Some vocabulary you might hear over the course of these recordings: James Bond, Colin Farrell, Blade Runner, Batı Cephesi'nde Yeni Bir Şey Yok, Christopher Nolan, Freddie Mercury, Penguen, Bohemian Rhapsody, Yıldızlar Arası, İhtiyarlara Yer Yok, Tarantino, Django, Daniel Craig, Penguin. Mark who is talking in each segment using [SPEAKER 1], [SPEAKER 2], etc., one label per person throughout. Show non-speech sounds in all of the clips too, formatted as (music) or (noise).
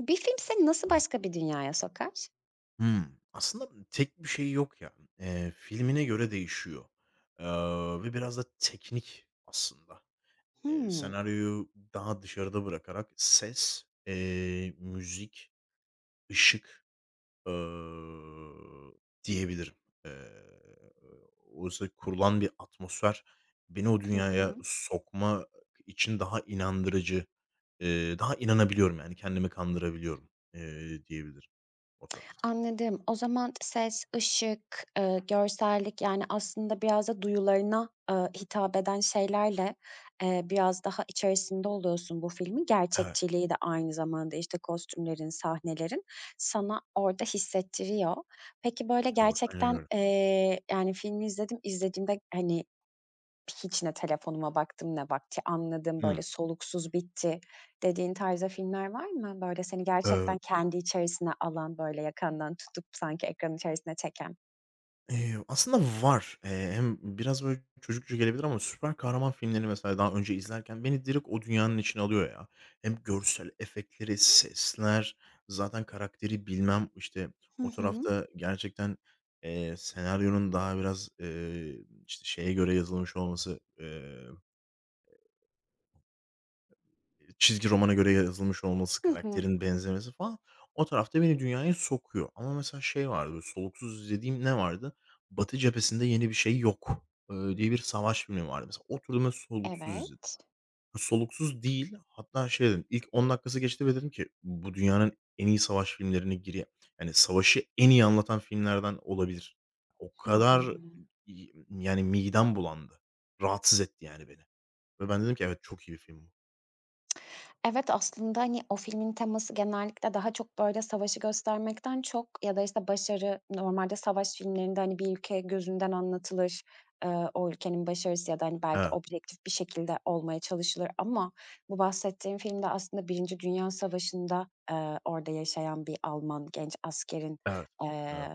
[SPEAKER 1] Bir film seni nasıl başka bir dünyaya sokar?
[SPEAKER 2] Hımm. Aslında tek bir şey yok ya. Filmine göre değişiyor, eee, ve biraz da teknik aslında. Eee,
[SPEAKER 1] Hımm.
[SPEAKER 2] senaryoyu daha dışarıda bırakarak ses, müzik, ışık, ııı, diyebilirim. Eee, oysa kurulan bir atmosfer beni o
[SPEAKER 1] Hı
[SPEAKER 2] dünyaya
[SPEAKER 1] Hı.
[SPEAKER 2] sokma için daha inandırıcı, daha inanabiliyorum yani kendimi kandırabiliyorum, diyebilirim o tarafta.
[SPEAKER 1] Anladım. O zaman ses, ışık, görsellik, yani, aslında biraz da duyularına, hitap eden şeylerle, biraz daha içerisinde oluyorsun bu filmin.
[SPEAKER 2] Evet,
[SPEAKER 1] Gerçekçiliği de aynı zamanda, işte, kostümlerin, sahnelerin sana orada hissettiriyor. Peki, böyle,
[SPEAKER 2] doğru. Aynen
[SPEAKER 1] gerçekten,
[SPEAKER 2] öyle.
[SPEAKER 1] yani, filmi izlediğimde, hani, hiç ne telefonuma baktım ne vakti anladım, böyle,
[SPEAKER 2] Hımm.
[SPEAKER 1] soluksuz bitti dediğin tarzda filmler var mı? Böyle, seni
[SPEAKER 2] Eee,
[SPEAKER 1] gerçekten kendi içerisine alan, böyle, yakandan tutup sanki ekranın içerisine çeken.
[SPEAKER 2] aslında var. Hem biraz böyle çocukça gelebilir ama süper kahraman filmlerini mesela daha önce izlerken beni direkt o dünyanın içine alıyor ya. Hem görsel efektleri, sesler, zaten karakteri bilmem, işte,
[SPEAKER 1] Hı
[SPEAKER 2] o
[SPEAKER 1] hı.
[SPEAKER 2] tarafta gerçekten, senaryonun daha biraz, işte, şeye göre yazılmış olması, çizgi romana göre yazılmış olması,
[SPEAKER 1] Hı hı.
[SPEAKER 2] karakterin benzemesi falan o tarafta beni dünyaya sokuyor. Ama mesela şey vardı, böyle soluksuz izlediğim ne vardı? Batı Cephesi'nde Yeni Bir Şey Yok, diye bir savaş filmi vardı. Mesela oturdum ve soluksuz izledim.
[SPEAKER 1] Evet.
[SPEAKER 2] Soluksuz değil, hatta şey dedim, ilk 10 dakikası geçti ve dedim ki bu dünyanın en iyi savaş filmlerine giriyor. Yani savaşı en iyi anlatan filmlerden olabilir. O
[SPEAKER 1] Hı hı.
[SPEAKER 2] kadar yani midem bulandı. Rahatsız etti yani beni ve ben dedim ki evet çok iyi bir film bu.
[SPEAKER 1] Evet, aslında, hani, o filmin teması genellikle daha çok, böyle, savaşı göstermekten çok ya da, işte, başarı normalde savaş filmlerinde, hani, bir ülke gözünden anlatılır. O ülkenin başarısı ya da, hani, belki
[SPEAKER 2] Evet,
[SPEAKER 1] objektif bir şekilde olmaya çalışılır ama bu bahsettiğim filmde aslında Birinci Dünya Savaşı'nda, orada yaşayan bir Alman genç askerin,
[SPEAKER 2] evet,
[SPEAKER 1] eee,
[SPEAKER 2] evet.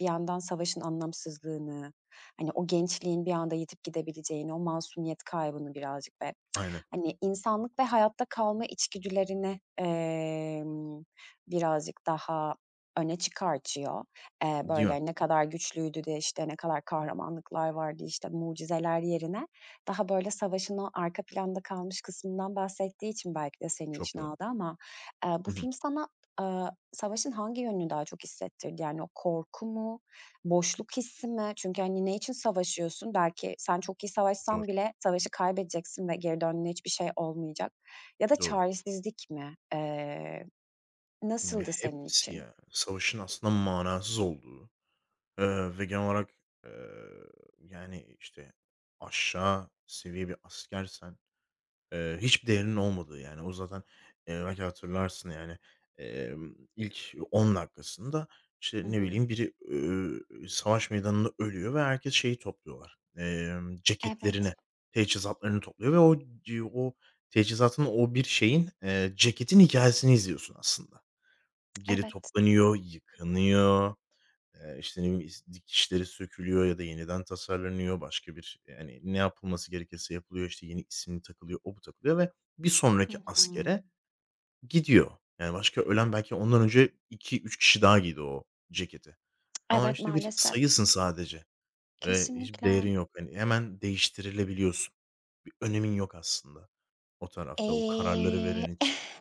[SPEAKER 1] bir yandan savaşın anlamsızlığını, hani, o gençliğin bir anda yitip gidebileceğini, o masumiyet kaybını birazcık be
[SPEAKER 2] Aynen,
[SPEAKER 1] hani, insanlık ve hayatta kalma içgüdülerini, birazcık daha öne çıkartıyor.
[SPEAKER 2] değil
[SPEAKER 1] Böyle,
[SPEAKER 2] mi?
[SPEAKER 1] hani, ne kadar güçlüydü de, işte, ne kadar kahramanlıklar vardı, işte, mucizeler yerine daha, böyle, savaşın o arka planda kalmış kısmından bahsettiği için belki de seni
[SPEAKER 2] Çok
[SPEAKER 1] içine
[SPEAKER 2] doğru.
[SPEAKER 1] aldı ama, bu
[SPEAKER 2] Hı hı.
[SPEAKER 1] film sana, aaa, savaşın hangi yönünü daha çok hissettirdi? Yani o korku mu, boşluk hissi mi? Çünkü, hani, ne için savaşıyorsun? Belki sen çok iyi
[SPEAKER 2] Doğru,
[SPEAKER 1] savaşsan bile savaşı kaybedeceksin ve geri döndüğünde hiçbir şey olmayacak. Ya da
[SPEAKER 2] doğru.
[SPEAKER 1] çaresizlik mi?
[SPEAKER 2] Ve
[SPEAKER 1] Nasıldı senin
[SPEAKER 2] hepsi
[SPEAKER 1] için?
[SPEAKER 2] ya, savaşın aslında manasız olduğu, ve genel olarak, eee, yani, işte, aşağı seviye bir askersen hiçbir değerinin olmadığı yani. O zaten, belki hatırlarsın yani, ilk 10 dakikasında, işte,
[SPEAKER 1] Hı
[SPEAKER 2] ne
[SPEAKER 1] hı.
[SPEAKER 2] bileyim, biri, savaş meydanında ölüyor ve herkes şeyi topluyorlar,
[SPEAKER 1] Evet,
[SPEAKER 2] ceketlerini, teçhizatlarını topluyor ve o teçhizatın, o bir şeyin, ceketin hikayesini izliyorsun aslında. Geri
[SPEAKER 1] evet.
[SPEAKER 2] toplanıyor, yıkanıyor. İşte, ne bileyim, is dikişleri sökülüyor ya da yeniden tasarlanıyor. Başka bir, yani, ne yapılması gerekirse yapılıyor. İşte, yeni isim takılıyor, o bu takılıyor ve bir
[SPEAKER 1] Hı
[SPEAKER 2] sonraki
[SPEAKER 1] hı.
[SPEAKER 2] askere gidiyor. Yani, başka ölen belki ondan önce iki üç kişi daha giydi o ceketi. Ama,
[SPEAKER 1] Evet,
[SPEAKER 2] işte, bir
[SPEAKER 1] maalesef.
[SPEAKER 2] sayısın sadece ve hiçbir
[SPEAKER 1] Kesinlikle.
[SPEAKER 2] değerin yok. Hani, hemen değiştirilebiliyorsun. Bir önemin yok aslında o tarafta, o kararları
[SPEAKER 1] Eee
[SPEAKER 2] veren için.
[SPEAKER 1] (laughs)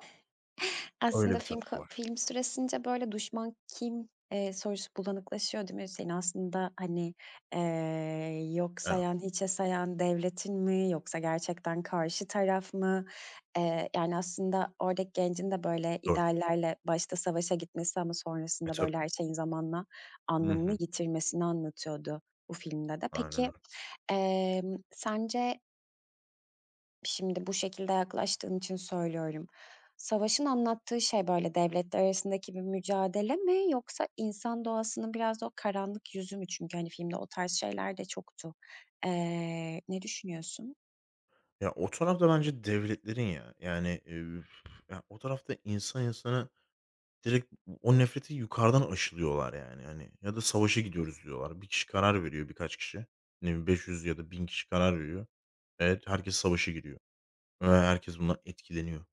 [SPEAKER 2] Öyle
[SPEAKER 1] Aslında
[SPEAKER 2] bir tarafı var.
[SPEAKER 1] film süresince, böyle, düşman kim, sorusu bulanıklaşıyor, değil mi? Seni aslında, hani, yok
[SPEAKER 2] Evet,
[SPEAKER 1] sayan, hiçe sayan devletin mi yoksa gerçekten karşı taraf mı? Yani, aslında oradaki gencin de, böyle,
[SPEAKER 2] doğru.
[SPEAKER 1] ideallerle başta savaşa gitmesi ama
[SPEAKER 2] E,
[SPEAKER 1] sonrasında,
[SPEAKER 2] tabii.
[SPEAKER 1] böyle, her şeyin zamanla
[SPEAKER 2] Hı
[SPEAKER 1] anlamını
[SPEAKER 2] hı.
[SPEAKER 1] yitirmesini anlatıyordu bu filmde de.
[SPEAKER 2] Aynen
[SPEAKER 1] Peki,
[SPEAKER 2] öyle.
[SPEAKER 1] sence şimdi bu şekilde yaklaştığın için söylüyorum. Savaşın anlattığı şey böyle devletler arasındaki bir mücadele mi yoksa insan doğasının biraz da o karanlık yüzü mü? Çünkü hani filmde o tarz şeyler de çoktu. Ne düşünüyorsun?
[SPEAKER 2] Ya, o tarafta bence devletlerin ya. Yani, ya, o tarafta insan insana direkt o nefreti yukarıdan aşılıyorlar yani, hani, ya da savaşa gidiyoruz diyorlar. Bir kişi karar veriyor, birkaç kişi. Ne bileyim 500 ya da 1000 kişi karar veriyor. Evet, herkes savaşa giriyor ve herkes bundan etkileniyor.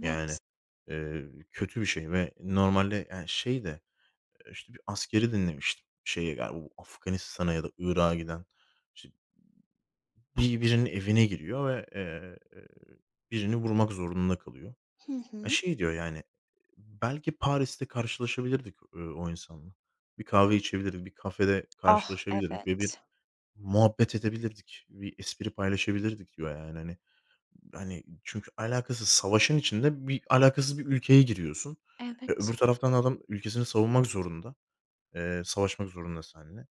[SPEAKER 2] Yani, kötü bir şey ve normalde, yani, şey de, işte, bir askeri dinlemiştim. Şeye galiba bu Afganistan'a ya da Irak'a giden, işte, bir birinin evine giriyor ve, birini vurmak zorunda kalıyor.
[SPEAKER 1] Hı
[SPEAKER 2] Ya,
[SPEAKER 1] hı.
[SPEAKER 2] şey diyor yani, "Belki Paris'te karşılaşabilirdik, o insanla. Bir kahve içebilirdik, bir kafede
[SPEAKER 1] Ah,
[SPEAKER 2] karşılaşabilirdik ve bir
[SPEAKER 1] evet.
[SPEAKER 2] muhabbet edebilirdik, bir espri paylaşabilirdik." diyor yani, hani. Hani, çünkü alakasız, savaşın içinde bir alakasız bir ülkeye giriyorsun. E,
[SPEAKER 1] Evet.
[SPEAKER 2] öbür taraftan da adam ülkesini savunmak zorunda. Savaşmak zorunda seninle.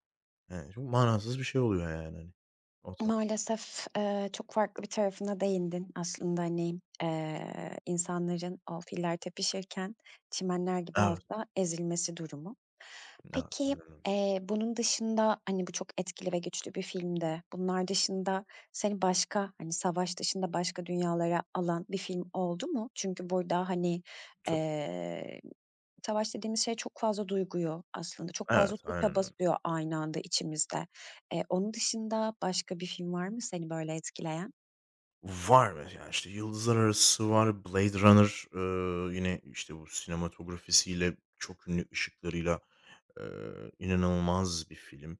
[SPEAKER 2] Çok manasız bir şey oluyor yani, hani, o tarafta.
[SPEAKER 1] Maalesef, çok farklı bir tarafına değindin aslında, hani, insanların o filler tepişirken çimenler gibi
[SPEAKER 2] Evet,
[SPEAKER 1] altta ezilmesi durumu.
[SPEAKER 2] evet.
[SPEAKER 1] Peki,
[SPEAKER 2] Aynen öyle.
[SPEAKER 1] bunun dışında, hani, bu çok etkili ve güçlü bir filmdi. Bunlar dışında seni başka, hani, savaş dışında başka dünyalara alan bir film oldu mu? Çünkü burada, hani,
[SPEAKER 2] Tabii.
[SPEAKER 1] eee, savaş dediğimiz şey çok fazla duyguyu aslında çok fazla
[SPEAKER 2] Evet,
[SPEAKER 1] tuşa
[SPEAKER 2] aynen öyle.
[SPEAKER 1] basıyor aynı anda içimizde. Onun dışında başka bir film var mı seni böyle etkileyen?
[SPEAKER 2] Var mesela, işte, Yıldızlar Arası var, Blade Runner, yine, işte, bu sinematografisiyle çok ünlü ışıklarıyla, Eee, inanılmaz bir film.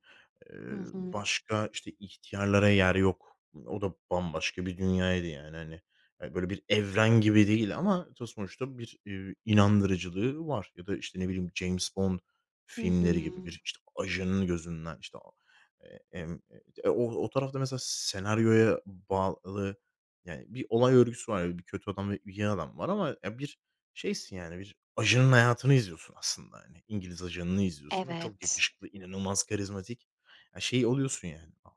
[SPEAKER 2] Eee,
[SPEAKER 1] Hı hı.
[SPEAKER 2] başka, işte, İhtiyarlara Yer Yok. O da bambaşka bir dünyaydı yani, hani, böyle bir evren gibi değil ama ta sonuçta bir, inandırıcılığı var ya da, işte, ne bileyim, James Bond
[SPEAKER 1] Hı hı.
[SPEAKER 2] filmleri gibi bir, işte, ajanın gözünden, işte, a eee, emm, o tarafta mesela senaryoya bağlı, yani, bir olay örgüsü var. Bir kötü adam ve iyi adam var ama ya bir şeysin, yani, bir ajanın hayatını izliyorsun aslında, hani, İngiliz ajanını izliyorsun ve çok
[SPEAKER 1] Evet.
[SPEAKER 2] yakışıklı, inanılmaz karizmatik. Ya, şey oluyorsun, yani, "A,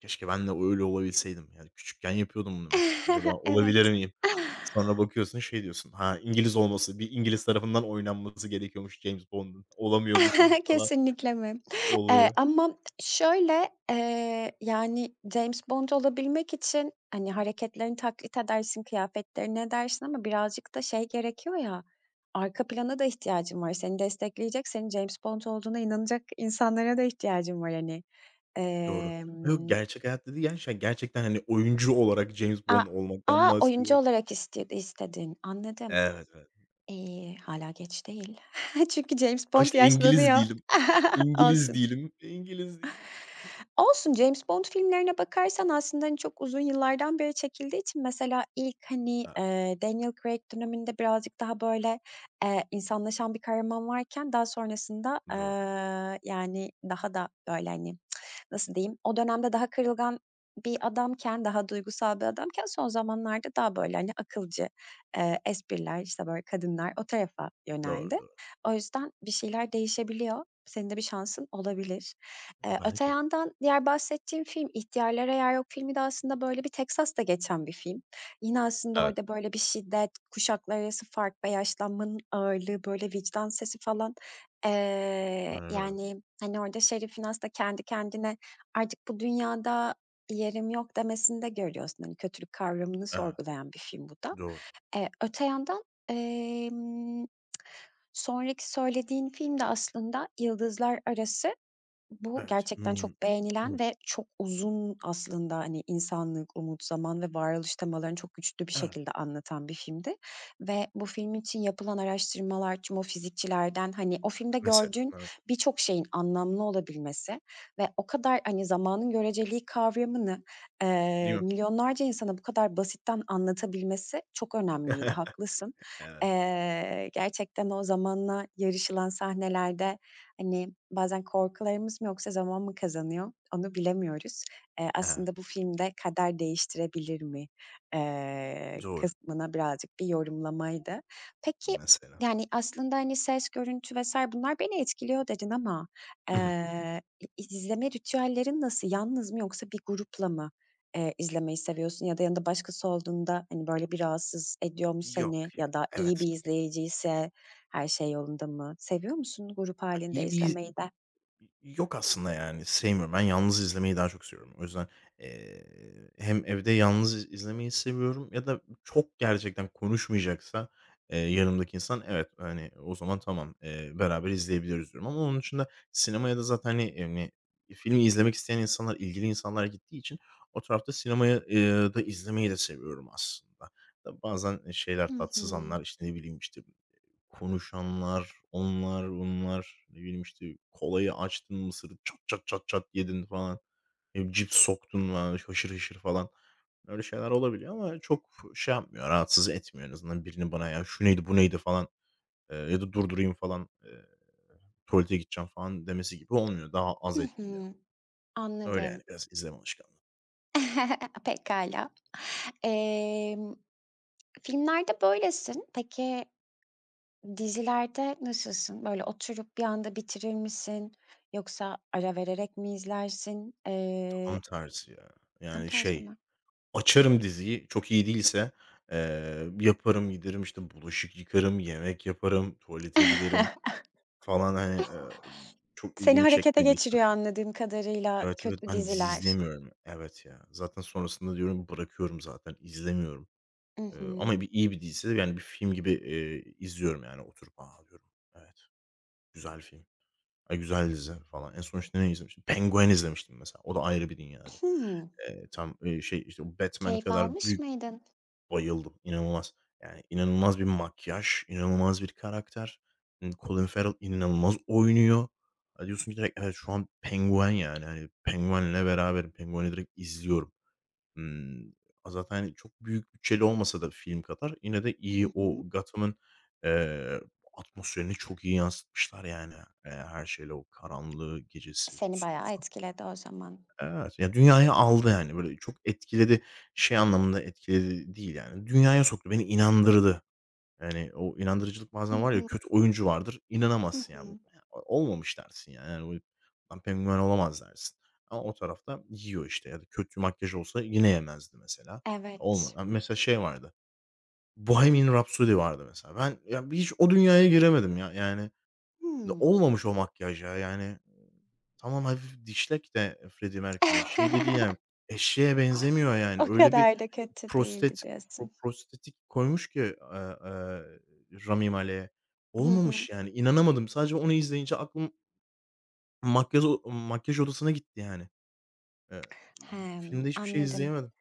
[SPEAKER 2] keşke ben de öyle olabilseydim." Yani, küçükken yapıyordum bunu mesela. Acaba
[SPEAKER 1] (laughs) Evet.
[SPEAKER 2] olabilir miyim?
[SPEAKER 1] (laughs)
[SPEAKER 2] Sonra bakıyorsun, şey diyorsun, "Ha, İngiliz olması, bir İngiliz tarafından oynanması gerekiyormuş James Bond'un. Olamıyormuşum."
[SPEAKER 1] (laughs)
[SPEAKER 2] falan
[SPEAKER 1] Kesinlikle mi?
[SPEAKER 2] oluyor.
[SPEAKER 1] Ama şöyle, yani, James Bond olabilmek için, hani, hareketlerini taklit edersin, kıyafetlerini edersin ama birazcık da şey gerekiyor ya, arka plana da ihtiyacın var. Seni destekleyecek, senin James Bond olduğuna inanacak insanlara da ihtiyacın var, hani.
[SPEAKER 2] Doğru. Yok,
[SPEAKER 1] Emm,
[SPEAKER 2] gerçek hayatta değil, gerçekten gerçekten, hani, oyuncu olarak James
[SPEAKER 1] a
[SPEAKER 2] Bond olmaktan
[SPEAKER 1] a, oyuncu
[SPEAKER 2] bahsediyorum.
[SPEAKER 1] olarak istedin. Anladım.
[SPEAKER 2] Evet, evet.
[SPEAKER 1] İyi, hâlâ geç değil. (laughs) Çünkü James
[SPEAKER 2] Ama
[SPEAKER 1] Bond
[SPEAKER 2] işte İngiliz
[SPEAKER 1] yaşlanıyor.
[SPEAKER 2] değilim.
[SPEAKER 1] (laughs)
[SPEAKER 2] İngiliz
[SPEAKER 1] Olsun.
[SPEAKER 2] değilim. İngiliz değilim.
[SPEAKER 1] Olsun, James Bond filmlerine bakarsan aslında, hani, çok uzun yıllardan beri çekildiği için mesela ilk, hani,
[SPEAKER 2] Ha,
[SPEAKER 1] Daniel Craig döneminde birazcık daha, böyle, insanlaşan bir kahraman varken daha sonrasında,
[SPEAKER 2] doğru.
[SPEAKER 1] yani, daha da, böyle, hani, nasıl diyeyim, o dönemde daha kırılgan bir adamken, daha duygusal bir adamken son zamanlarda daha böyle, hani, akılcı, espriler, işte, böyle kadınlar o tarafa
[SPEAKER 2] Doğru,
[SPEAKER 1] yöneldi.
[SPEAKER 2] doğru.
[SPEAKER 1] O yüzden bir şeyler değişebiliyor. Senin de bir şansın olabilir. Öte
[SPEAKER 2] Belki.
[SPEAKER 1] yandan diğer bahsettiğim film İhtiyarlara Yer Yok filmi de aslında böyle bir Teksas'ta geçen bir film. Yine aslında
[SPEAKER 2] Evet.
[SPEAKER 1] orada böyle bir şiddet, kuşaklar arası fark ve yaşlanmanın ağırlığı, böyle vicdan sesi falan,
[SPEAKER 2] Aynen öyle.
[SPEAKER 1] yani, hani, orada şerifin aslında kendi kendine artık bu dünyada yerim yok demesini de görüyorsun. Hani, kötülük kavramını
[SPEAKER 2] Evet,
[SPEAKER 1] sorgulayan bir film bu da.
[SPEAKER 2] doğru.
[SPEAKER 1] Öte yandan, emm, sonraki söylediğin film de aslında Yıldızlar Arası bu
[SPEAKER 2] Evet.
[SPEAKER 1] gerçekten çok
[SPEAKER 2] Hımm.
[SPEAKER 1] beğenilen
[SPEAKER 2] Hımm.
[SPEAKER 1] ve çok uzun aslında, hani, insanlık, umut, zaman ve varoluş temalarını çok güçlü bir
[SPEAKER 2] Evet,
[SPEAKER 1] şekilde anlatan bir filmdi ve bu film için yapılan araştırmalar tüm o fizikçilerden, hani, o filmde
[SPEAKER 2] mesela.
[SPEAKER 1] gördüğün
[SPEAKER 2] Evet,
[SPEAKER 1] birçok şeyin anlamlı olabilmesi ve o kadar, hani, zamanın göreceliği kavramını,
[SPEAKER 2] değil mi?
[SPEAKER 1] milyonlarca insana bu kadar basitten anlatabilmesi çok önemliydi, haklısın.
[SPEAKER 2] (laughs) Evet,
[SPEAKER 1] Gerçekten o zamanla yarışılan sahnelerde hani, bazen korkularımız mı yoksa zaman mı kazanıyor, onu bilemiyoruz.
[SPEAKER 2] evet.
[SPEAKER 1] Aslında bu filmde kader değiştirebilir mi,
[SPEAKER 2] Doğru,
[SPEAKER 1] kısmına birazcık bir yorumlamaydı. Peki,
[SPEAKER 2] mesela.
[SPEAKER 1] yani, aslında, hani, ses, görüntü vesaire bunlar beni etkiliyor dedin ama,
[SPEAKER 2] Hı hı.
[SPEAKER 1] eee, izleme ritüellerin nasıl? Yalnız mı yoksa bir grupla mı? İzlemeyi seviyorsun ya da yanında başkası olduğunda, hani, böyle, bir rahatsız ediyor mu
[SPEAKER 2] Yok
[SPEAKER 1] seni
[SPEAKER 2] ya.
[SPEAKER 1] ya da iyi
[SPEAKER 2] Evet.
[SPEAKER 1] bir izleyiciyse her şey yolunda mı? Seviyor musun grup
[SPEAKER 2] İyi
[SPEAKER 1] halinde
[SPEAKER 2] iyi bir
[SPEAKER 1] izlemeyi de?
[SPEAKER 2] Yok aslında yani, sevmiyorum. Ben yalnız izlemeyi daha çok seviyorum. O yüzden, eee, hem evde yalnız izlemeyi seviyorum ya da çok gerçekten konuşmayacaksa, yanımdaki insan evet, hani, o zaman tamam, beraber izleyebiliriz diyorum ama onun dışında sinemaya da zaten, hani, yani, filmi izlemek isteyen insanlar, ilgili insanlar gittiği için o tarafta sinemaya, da izlemeyi de seviyorum aslında. Tabii bazen şeyler,
[SPEAKER 1] Hı
[SPEAKER 2] tatsız
[SPEAKER 1] hı.
[SPEAKER 2] anlar, işte, ne bileyim, işte konuşanlar, onlar, bunlar, ne bileyim, işte, kolayı açtın, mısırı çat çat çat çat yedin falan. Cips soktun falan, haşır haşır falan. Öyle şeyler olabiliyor ama çok şey yapmıyor, rahatsız etmiyor en azından birinin bana "Ya, şu neydi, bu neydi?" falan, ya da durdurayım falan, tuvalete gideceğim falan demesi gibi olmuyor. Daha az
[SPEAKER 1] Hı
[SPEAKER 2] etkili.
[SPEAKER 1] hı.
[SPEAKER 2] Öyle
[SPEAKER 1] Anladım.
[SPEAKER 2] yani biraz izleme alışkanlığı.
[SPEAKER 1] (laughs) Pekala. Emm, filmlerde böylesin. Peki dizilerde nasılsın? Böyle, oturup bir anda bitirir misin yoksa ara vererek mi izlersin?
[SPEAKER 2] Tam tersi ya.
[SPEAKER 1] Tam
[SPEAKER 2] Yani
[SPEAKER 1] tersi
[SPEAKER 2] şey,
[SPEAKER 1] mi?
[SPEAKER 2] açarım diziyi, çok iyi değilse, yaparım, giderim, işte, bulaşık yıkarım, yemek yaparım, tuvalete giderim
[SPEAKER 1] (laughs)
[SPEAKER 2] falan, hani, çok
[SPEAKER 1] Seni
[SPEAKER 2] ilgimi
[SPEAKER 1] harekete
[SPEAKER 2] çekmediyse.
[SPEAKER 1] geçiriyor anladığım kadarıyla
[SPEAKER 2] Evet, evet,
[SPEAKER 1] kötü
[SPEAKER 2] ben dizi
[SPEAKER 1] diziler.
[SPEAKER 2] izlemiyorum. Evet ya. Zaten sonrasında diyorum bırakıyorum zaten, izlemiyorum.
[SPEAKER 1] Hı
[SPEAKER 2] Eee,
[SPEAKER 1] hı.
[SPEAKER 2] ama bir iyi bir diziyse, yani, bir film gibi, izliyorum yani oturup. "A!" diyorum. Evet, güzel film, ay, güzel dizi falan. En son, işte, ne izlemiştim? Penguin izlemiştim mesela. O da ayrı bir dünyada.
[SPEAKER 1] (clears throat) Hımm.
[SPEAKER 2] Tam, şey, işte, o Batman
[SPEAKER 1] Keyif
[SPEAKER 2] kadar
[SPEAKER 1] almış
[SPEAKER 2] büyük.
[SPEAKER 1] mıydın?
[SPEAKER 2] Bayıldım, inanılmaz. Yani, inanılmaz bir makyaj, inanılmaz bir karakter. Colin Farrell inanılmaz oynuyor. Ya, diyorsun ki direkt, evet, şu an penguen, yani, hani, penguenle beraberim. Penguen'i direkt izliyorum. Imm, zaten, hani, çok büyük bütçeli olmasa da film kadar yine de
[SPEAKER 1] Hı
[SPEAKER 2] iyi
[SPEAKER 1] hı.
[SPEAKER 2] o Gotham'ın, eee, atmosferini çok iyi yansıtmışlar, yani. Her şeyle o karanlığı, gecesi,
[SPEAKER 1] Seni
[SPEAKER 2] su.
[SPEAKER 1] bayağı etkiledi o zaman.
[SPEAKER 2] Evet. Ya, dünyaya aldı yani, böyle, çok etkiledi. Şey anlamında etkiledi değil yani. Dünyaya soktu, beni inandırdı. Yani, o inandırıcılık
[SPEAKER 1] Hı
[SPEAKER 2] bazen var ya,
[SPEAKER 1] hı.
[SPEAKER 2] kötü oyuncu vardır,
[SPEAKER 1] Hı
[SPEAKER 2] inanamazsın yani.
[SPEAKER 1] hı.
[SPEAKER 2] Olmamış dersin yani. Yani, böyle, "Lan, penguen olamaz." dersin. Ama o tarafta yiyor işte ya da kötü makyaj olsa yine yemezdi mesela.
[SPEAKER 1] Evet.
[SPEAKER 2] Mesela şey vardı, Bohemian Rhapsody vardı mesela. Ben, ya, hiç o dünyaya giremedim ya, yani.
[SPEAKER 1] Hımm.
[SPEAKER 2] Olmamış o makyaj ya, yani. Tamam, hafif dişlek de Freddie Mercury. Şey de değil
[SPEAKER 1] (laughs)
[SPEAKER 2] yani, eşeğe benzemiyor yani.
[SPEAKER 1] O
[SPEAKER 2] Öyle bir
[SPEAKER 1] kadar da kötü değildi
[SPEAKER 2] prostet
[SPEAKER 1] diyorsun.
[SPEAKER 2] prostetik koymuş ki, Rami Malek'e.
[SPEAKER 1] Hı hı.
[SPEAKER 2] Olmamış yani, inanamadım. Sadece onu izleyince aklım makyaj o makyaj odasına gitti yani. Eee,
[SPEAKER 1] Hımm,
[SPEAKER 2] filmde hiçbir şey
[SPEAKER 1] anladım.
[SPEAKER 2] izleyemedim.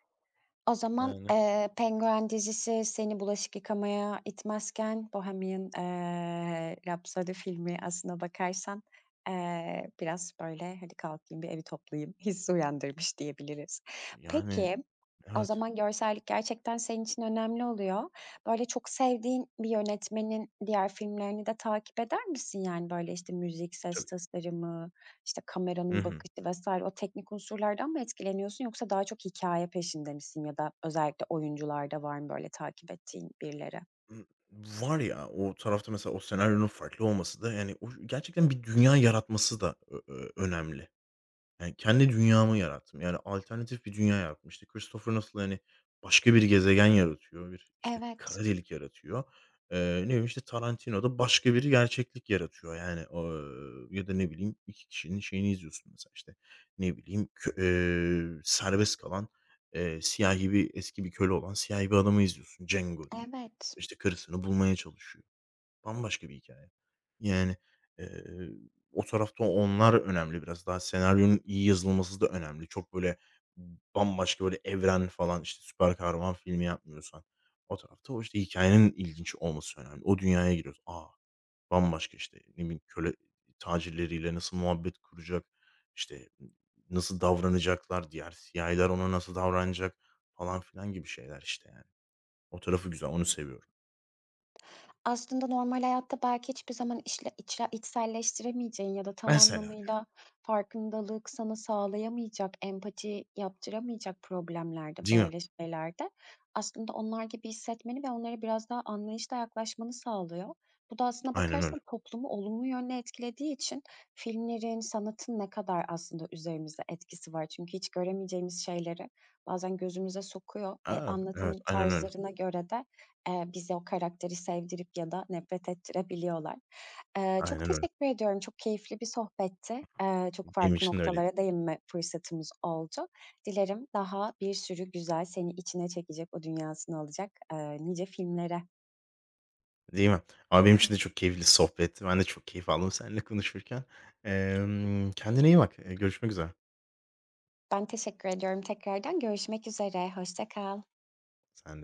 [SPEAKER 1] O zaman,
[SPEAKER 2] Yani,
[SPEAKER 1] Penguen dizisi seni bulaşık yıkamaya itmezken Bohemian, Rhapsody filmi aslına bakarsan, biraz böyle, "Hadi kalkayım, bir evi toplayayım" (laughs) hissi uyandırmış diyebiliriz.
[SPEAKER 2] yani
[SPEAKER 1] Peki, o
[SPEAKER 2] evet.
[SPEAKER 1] zaman görsellik gerçekten senin için önemli oluyor. Böyle çok sevdiğin bir yönetmenin diğer filmlerini de takip eder misin? Yani, böyle, işte, müzik, ses
[SPEAKER 2] Tabii.
[SPEAKER 1] tasarımı işte
[SPEAKER 2] Hı
[SPEAKER 1] kameranın
[SPEAKER 2] hı.
[SPEAKER 1] bakışı vesaire o teknik unsurlardan mı etkileniyorsun yoksa daha çok hikaye peşinde misin ya da özellikle oyuncularda var mı böyle takip ettiğin birileri?
[SPEAKER 2] Imm, var ya, o tarafta mesela o senaryonun farklı olması da yani o gerçekten bir dünya yaratması da ö ö önemli. Yani, kendi dünyamı yarattım. Yani, alternatif bir dünya yarattım. İşte, Christopher Nolan, hani, başka bir gezegen yaratıyor, bir, işte,
[SPEAKER 1] Evet,
[SPEAKER 2] kara delik yaratıyor. Ne bileyim, işte, Tarantino da başka bir gerçeklik yaratıyor. Yani, ya da ne bileyim 2 kişinin şeyini izliyorsun mesela, işte, ne bileyim, kö serbest kalan, siyahi bir eski bir köle olan siyahi bir adamı izliyorsun, Django diye.
[SPEAKER 1] evet.
[SPEAKER 2] İşte, karısını bulmaya çalışıyor. Bambaşka bir hikaye. Yani, eee, o tarafta onlar önemli biraz daha. Senaryonun iyi yazılması da önemli. Çok böyle bambaşka böyle evren falan, işte, süper kahraman filmi yapmıyorsan o tarafta o, işte, hikayenin ilginç olması önemli. O dünyaya giriyorsun. A! Bambaşka, işte, ne bileyim, köle tacirleriyle nasıl muhabbet kuracak, işte, nasıl davranacaklar, diğer siyahiler ona nasıl davranacak falan filan gibi şeyler, işte, yani. O tarafı güzel, onu seviyorum.
[SPEAKER 1] Aslında normal hayatta belki hiçbir zaman içle içselleştiremeyeceğin ya da tam
[SPEAKER 2] Mesela yani,
[SPEAKER 1] anlamıyla farkındalık sana sağlayamayacak, empati yaptıramayacak problemlerde,
[SPEAKER 2] değil mi?
[SPEAKER 1] böyle şeylerde aslında onlar gibi hissetmeni ve onlara biraz daha anlayışla yaklaşmanı sağlıyor. Bu da aslına
[SPEAKER 2] Aynen öyle.
[SPEAKER 1] bakarsan toplumu olumlu yönde etkilediği için filmlerin, sanatın ne kadar aslında üzerimizde etkisi var. Çünkü hiç göremeyeceğimiz şeyleri bazen gözümüze sokuyor ve
[SPEAKER 2] A! Evet,
[SPEAKER 1] anlatım
[SPEAKER 2] aynen öyle.
[SPEAKER 1] tarzlarına göre de bize o karakteri sevdirip ya da nefret ettirebiliyorlar. Çok
[SPEAKER 2] Aynen öyle.
[SPEAKER 1] teşekkür ediyorum. Çok keyifli bir sohbetti. Çok
[SPEAKER 2] Benim
[SPEAKER 1] farklı
[SPEAKER 2] için de öyleydi.
[SPEAKER 1] noktalara değinme fırsatımız oldu. Dilerim daha bir sürü güzel, seni içine çekecek, o dünyasına alacak, nice filmlere.
[SPEAKER 2] Değil mi? Ama benim için de çok keyifli sohbetti. Ben de çok keyif aldım seninle konuşurken. Kendine iyi bak. Görüşmek üzere.
[SPEAKER 1] Ben teşekkür ediyorum tekrardan. Görüşmek üzere, hoşça kal.
[SPEAKER 2] Sen de.